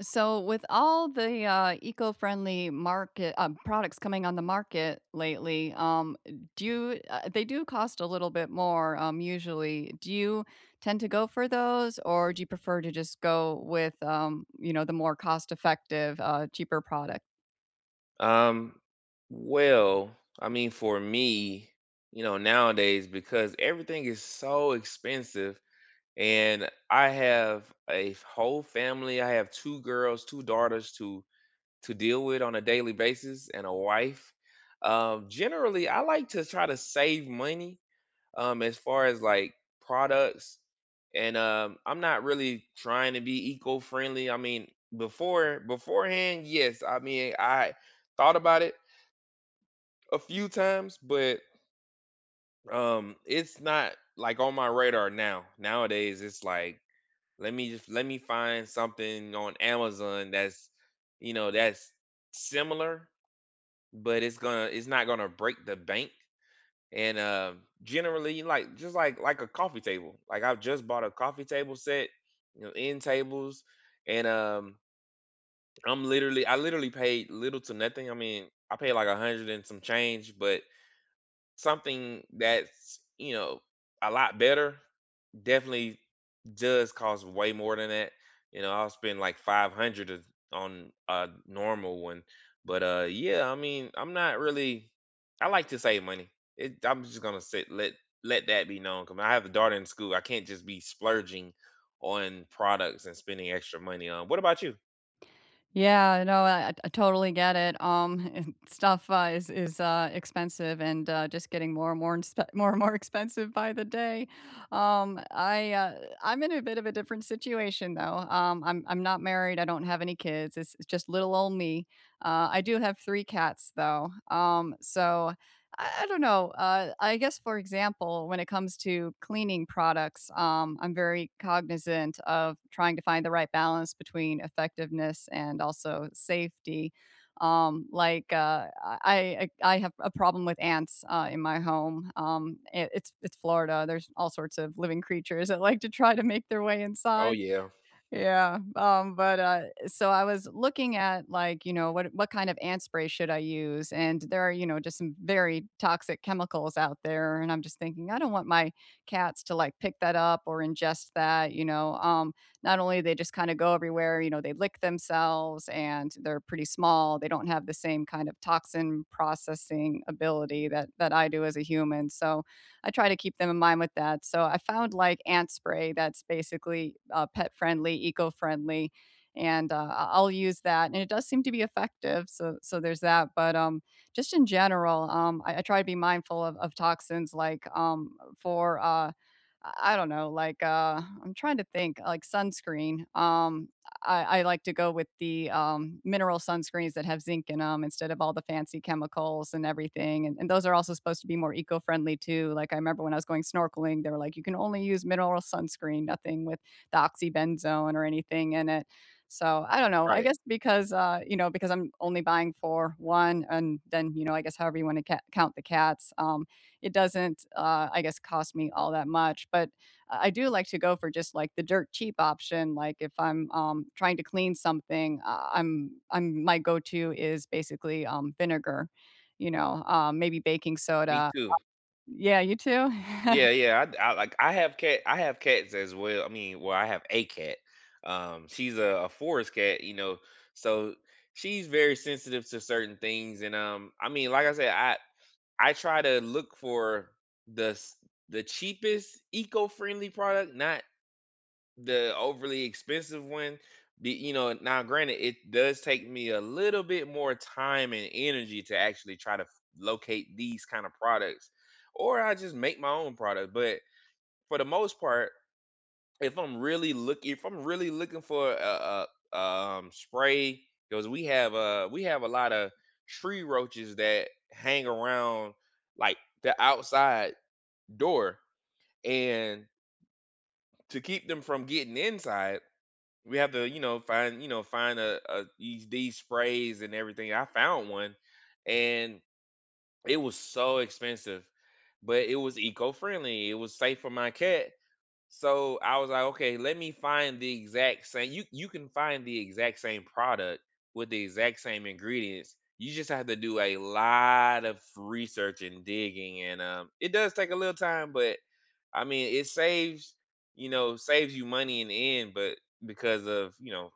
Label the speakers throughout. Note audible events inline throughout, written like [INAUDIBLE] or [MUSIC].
Speaker 1: So, with all the eco-friendly market products coming on the market lately, they do cost a little bit more usually. Do you tend to go for those, or do you prefer to just go with you know the more cost-effective, cheaper product?
Speaker 2: Um, well, I mean, for me, you know, nowadays because everything is so expensive, and I have a whole family. I have two girls, two daughters to deal with on a daily basis, and a wife. Generally, I like to try to save money. As far as like products, and I'm not really trying to be eco friendly. I mean, beforehand, yes. I mean, I thought about it a few times, but it's not like on my radar now. Nowadays it's like let me find something on Amazon that's you know that's similar, but it's not gonna break the bank. And generally like just like a coffee table. Like I've just bought a coffee table set, you know, end tables, and I literally paid little to nothing. I mean, I paid like a hundred and some change, but something that's, you know, a lot better definitely does cost way more than that. You know, I'll spend like 500 on a normal one. But yeah, I mean, I'm not really I like to save money. I'm just gonna sit let that be known. Cause I have a daughter in school. I can't just be splurging on products and spending extra money on. What about you?
Speaker 1: Yeah, no, I totally get it. [LAUGHS] Stuff is expensive, and just getting more and more [LAUGHS] more and more expensive by the day. I'm in a bit of a different situation though. I'm not married. I don't have any kids. It's just little old me. I do have three cats though. So I don't know. I guess, for example, when it comes to cleaning products, I'm very cognizant of trying to find the right balance between effectiveness and also safety. I have a problem with ants in my home. It's Florida. There's all sorts of living creatures that like to try to make their way
Speaker 2: Oh
Speaker 1: inside.
Speaker 2: yeah,
Speaker 1: Yeah, so I was looking at, like, you know, what kind of ant spray should I use? And there are, you know, just some very toxic chemicals out there, and I'm just thinking, "I don't want my cats to, like, pick that up or ingest that," you know? Not only they just kinda go everywhere, you know, they lick themselves, and they're pretty small, they don't have the same kind of toxin processing ability that I do as a human, so I try to keep them in mind with that. So I found like ant spray that's basically pet friendly, eco friendly, and I'll use that. And it does seem to be effective. So so there's that. But just in general, I try to be mindful of toxins like for I don't know, like I'm trying to think, like sunscreen. I like to go with the, mineral sunscreens that have zinc in them instead of all the fancy chemicals and everything, and those are also supposed to be more eco-friendly too, like, I remember when I was going snorkeling, they were like, "You can only use mineral sunscreen, nothing with the oxybenzone or anything in it." So, I don't know, I
Speaker 2: right.
Speaker 1: guess because, you know, because I'm only buying for 1 and then, you know, I guess however you wanna ca count the cats, it doesn't, I guess, cost me all that much, but I do like to go for just like the dirt cheap option. Like if I'm trying to clean something, I'm my go-to is basically vinegar, you know, maybe baking
Speaker 2: Me
Speaker 1: soda.
Speaker 2: too.
Speaker 1: Yeah, you too.
Speaker 2: Yeah,
Speaker 1: [LAUGHS]
Speaker 2: yeah. I Like I have cats as well. I mean, well, I have a cat. She's a forest cat, you know, so she's very sensitive to certain things. And I mean, like I said, I try to look for the s- the cheapest eco-friendly product, not the overly expensive one. You know, now granted, it does take me a little bit more time and energy to actually locate these kind of products, or I just make my own product, but for the most part, if I'm really looking for a spray, because we have a lot of tree roaches that hang around like the outside door. And to keep them from getting inside, we have to, you know, find a these sprays and everything. I found one and it was so expensive, but it was eco-friendly. It was safe for my cat. So I was like, okay, let me find the exact same. You can find the exact same product with the exact same ingredients. You just have to do a lot of research and digging, and it does take a little time, but I mean, it saves saves you money in the end, but because of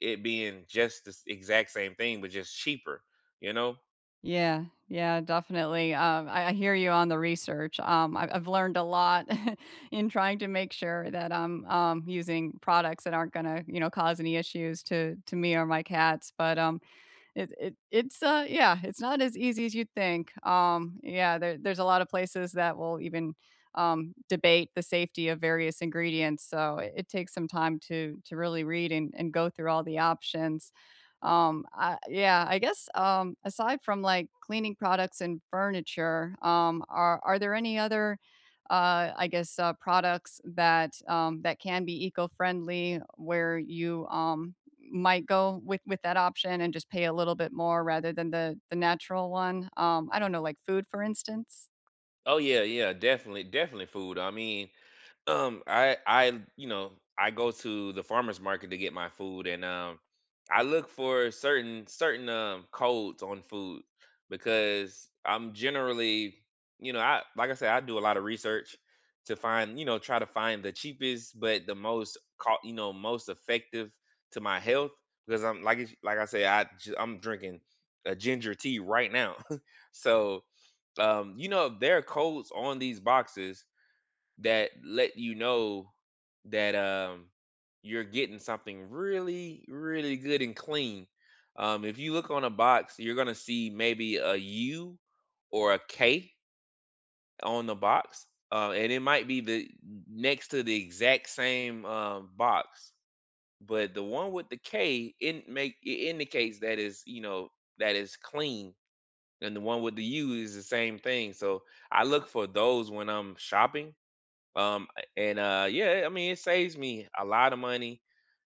Speaker 2: it being just exact same thing, but just cheaper, you know.
Speaker 1: Yeah, yeah, definitely. I hear you on the research. I've learned a lot [LAUGHS] in trying to make sure that I'm using products that aren't going to, you know, cause any issues to me or my cats. But it's yeah, it's not as easy as you'd think. Yeah, there's a lot of places that will even, debate the safety of various ingredients, so it takes some time to really read and go through all the options. I yeah, I guess, aside from, like, cleaning products and furniture, are there any other, I guess, products that, that can be eco-friendly where you, might go with that option and just pay a little bit more rather than the natural one. I don't know, like food, for instance?
Speaker 2: Oh yeah, yeah, definitely, definitely food. I mean, I you know I go to the farmers market to get my food, and I look for certain codes on food because I'm generally you know I like I said, I do a lot of research to find you know try to find the cheapest but the you know most effective to my health because I'm like like I say I'm drinking a ginger tea right now, [LAUGHS] so you know, there are codes on these boxes that let you know that you're getting something really, really good and clean. If you look on a box, you're gonna see maybe a U or a K on the box, and it might be the next to the exact same box, but the one with the K in make it indicates that is you know that is clean and the one with the U is the same thing. So I look for those when I'm shopping. Um, and yeah, I mean, it saves me a lot of money.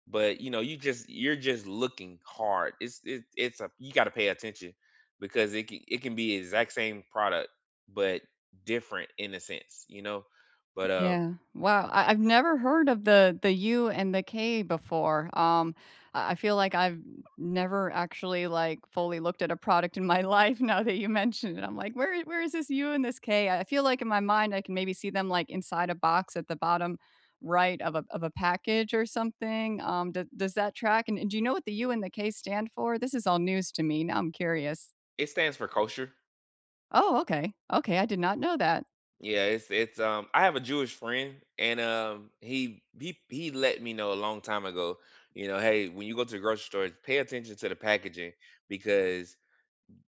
Speaker 2: But you know, you're just looking hard. It's a you got to pay attention because it can be exact same product but different in a sense, you know. But
Speaker 1: Yeah. Wow, I've never heard of the U and the K before. I feel like I've never actually, like, fully looked at a product in my [LAUGHS] life now that you mentioned it. I'm like, "Where I where is this U and this K? I feel like in my mind, I can maybe see them, like, inside a box at the bottom right of a package or something. D does that track? And do you know what the U and the K stand for? This is all news to me. Now I'm curious.
Speaker 2: it stands for kosher.
Speaker 1: Oh, okay. Okay, I did not know that.
Speaker 2: Yeah, it's I have a Jewish friend and he let me know a long time ago, you know, hey, when you go to the grocery store, pay attention to the packaging because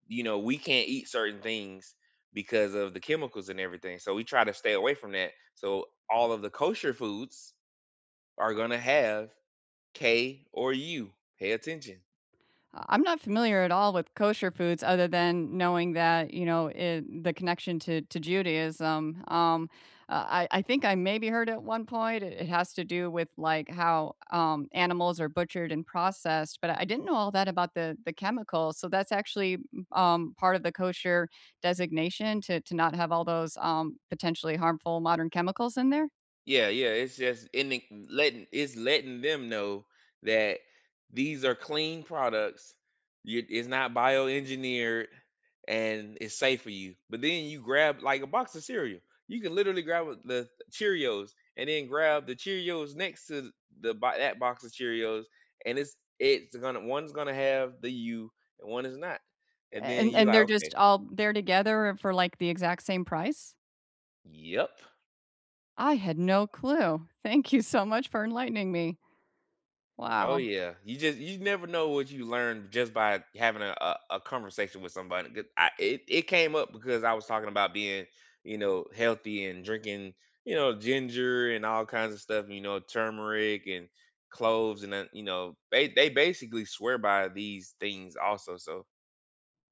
Speaker 2: you know, we can't eat certain things because of the chemicals and everything. So we try to stay away from that. So all of the kosher foods are going to have K or U. Pay attention.
Speaker 1: I'm not familiar at all with kosher foods other than knowing that, you know, it, the connection to Judaism. I think I maybe heard at one point it, it has to do with like how animals are butchered and processed, but I didn't know all that about the chemicals. So that's actually part of the kosher designation to not have all those potentially harmful modern chemicals in there.
Speaker 2: Yeah, yeah. It's just ending letting it's letting them know that these are clean products. It's not bioengineered and it's safe for you. But then you grab like a box of cereal. You can literally the Cheerios and then grab the Cheerios next to that box of Cheerios, and it's gonna one's gonna have the U, and one is not. And then you're
Speaker 1: And
Speaker 2: like,
Speaker 1: they're
Speaker 2: okay,
Speaker 1: just all there together for like the exact same price.
Speaker 2: yep.
Speaker 1: I had no clue. Thank you so much for enlightening me.
Speaker 2: Oh
Speaker 1: Wow.
Speaker 2: yeah, you just you never know what you learn just by having a conversation with somebody. 'Cause it it came up because I was talking about being you know healthy and drinking you know ginger and all kinds of stuff. You know turmeric and cloves and then, you know they basically swear by these things also. So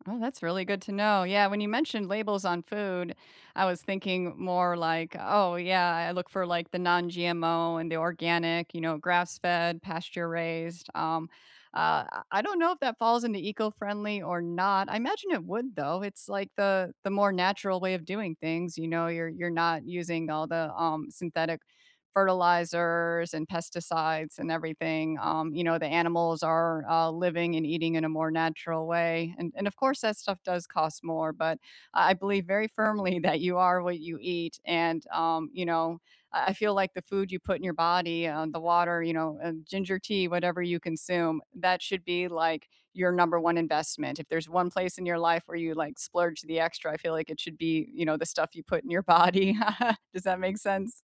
Speaker 1: Oh, that's really good to know. Yeah, when you mentioned labels on food, I was thinking more like, oh, yeah, I look for like the non GMO and the organic, you know, grass fed, pasture raised. I don't know if that falls into eco friendly or not. I imagine it would, though. It's like the more natural way of doing things. You know, you're not using all the synthetic fertilizers and pesticides and everything. You know, the animals are living and eating in a more natural way. And of course, that stuff does cost more, but I believe very firmly [LAUGHS] that you are what you eat. And, you know, I feel like the food you put in your body, the water, you know, ginger tea, whatever you consume, that should be like your number one investment. If there's one place in your life where you like splurge the extra, I feel like it should be, you know, the stuff you put in your body. [LAUGHS] Does that make sense?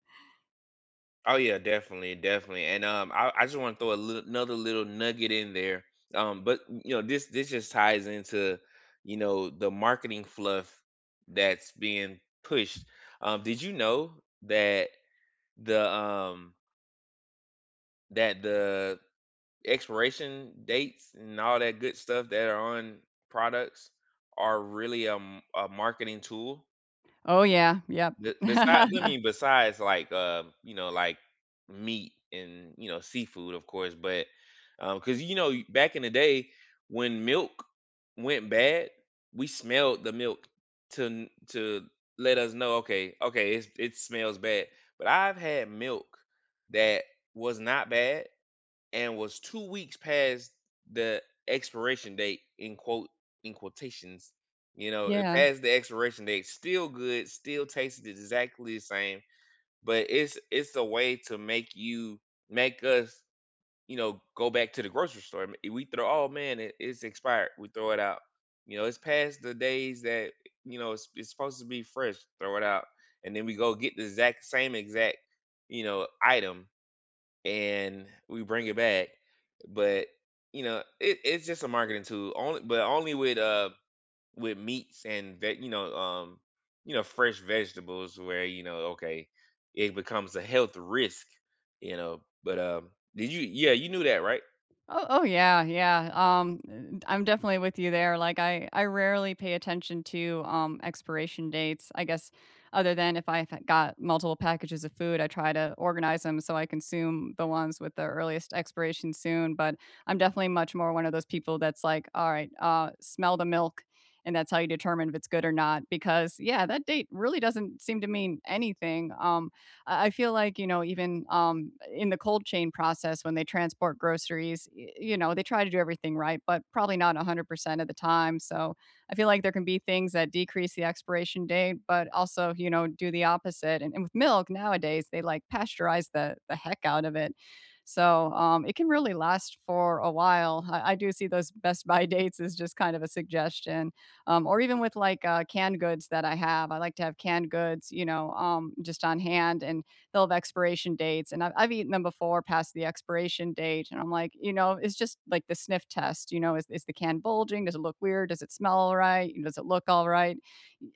Speaker 2: oh yeah, definitely, definitely. And I just want to throw another little nugget in there. But you know, this just ties into you know the marketing fluff that's being pushed. Did you know the um that the expiration dates and all that good stuff that are on products are really a marketing tool?
Speaker 1: Oh, yeah, yep.
Speaker 2: Be beside I mean,
Speaker 1: [LAUGHS]
Speaker 2: besides, like, you know, like, meat and, you know, seafood, of course, but, because you know, back in the day, when milk went bad, we smelled the milk to let us know, "Okay, okay, it's it smells bad." But I've had milk that was not bad and was 2 weeks past the expiration date in quote in quotations. You know, it
Speaker 1: Yeah.
Speaker 2: passed the expiration date, still good, still tasted exactly the same, but it's a way to make you make us, you know, go back to the grocery store. We throw, oh man, it's expired. We throw it out. You know, it's past the days that you know it's supposed to be fresh. Throw it out, and then we go get the exact, you know, item and we bring it back. But you know, it's just a marketing tool. Only, but only with meats and that you know fresh vegetables where you know okay it becomes a health risk. You know, but did you? Yeah, you knew that, right?
Speaker 1: Oh oh, yeah, yeah, I'm definitely with you there, like, I rarely pay attention to, expiration dates, I guess, other than if I've got multiple packages of food, I try to organize them so I consume the ones with the earliest expiration soon, but I'm definitely much more one of those people that's like, "Alright, smell the milk," and that's how you determine if it's good or not, because, yeah, that date really doesn't seem to mean anything, I feel like, you know, even, in the cold chain process when they transport groceries, y you know, they try to do everything right, but probably not 100% of the time, so I feel like there can be things that decrease the expiration date, but also, you know, do the opposite, and with milk nowadays, they, like, pasteurize the heck out of it, so, it can really last for a while. I do see those Best by [LAUGHS] dates as just kind of a suggestion or even with like canned goods that I have. I like to have canned goods, you know, just on hand, and they'll have expiration dates. And I've eaten them before past the expiration date, and I'm like, you know, it's just like the sniff test. You know, is the can bulging? Does it look weird? Does it smell all right? Does it look all right?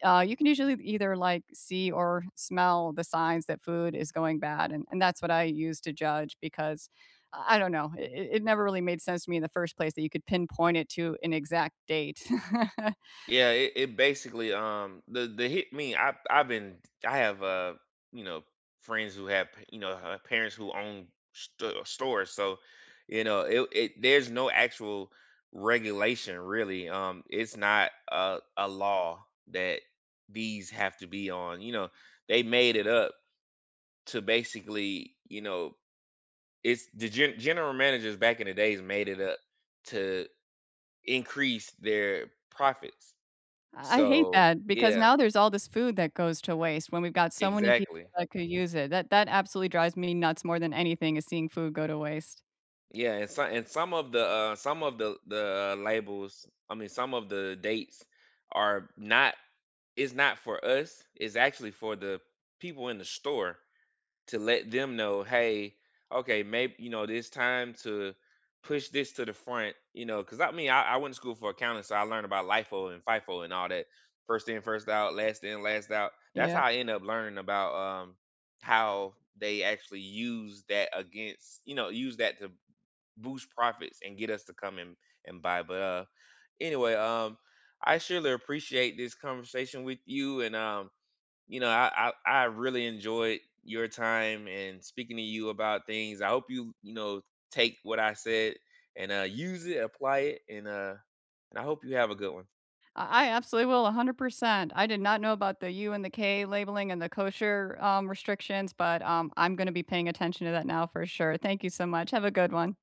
Speaker 1: You can usually either like see or smell the signs that food is going bad, and that's what I use to judge because. I don't know. It never really made sense to me in the first place that you could pinpoint it to an exact date. [LAUGHS]
Speaker 2: Yeah, it basically the hit me. I've been I have you know friends who have you know parents who own stores, so you know it there's no actual regulation really. It's not a law that these have to be on. You know, they made it up to basically you know general managers back in the days made it up to increase their profits.
Speaker 1: I hate
Speaker 2: So
Speaker 1: that because
Speaker 2: yeah,
Speaker 1: now there's all this food that goes to waste when we've got so many people
Speaker 2: exactly.
Speaker 1: that could use it. That that absolutely drives me nuts more than anything is seeing food go to waste.
Speaker 2: Yeah, and some of the labels, I mean some of the dates are not it's not for us, it's actually for the people in the store to let them know, hey, okay, maybe you know, it's time to push this to the front, you know, because I mean, I went to school for accounting, so I learned about LIFO and FIFO and all that. First in, first out, last in, last out. That's how
Speaker 1: Yep.
Speaker 2: I end up learning about how they actually use that against, you know, use that to boost profits and get us to come and buy. But anyway, I surely appreciate this conversation with you, and you know, I really enjoyed your time and speaking to you about things. I hope you you know take what I said and use it, apply it, and I hope you have a good one.
Speaker 1: I absolutely will, 100%. I did not know about the U and the K labeling and the kosher, restrictions, I'm gonna be paying attention to that now for sure. Thank you so much. Have a good one.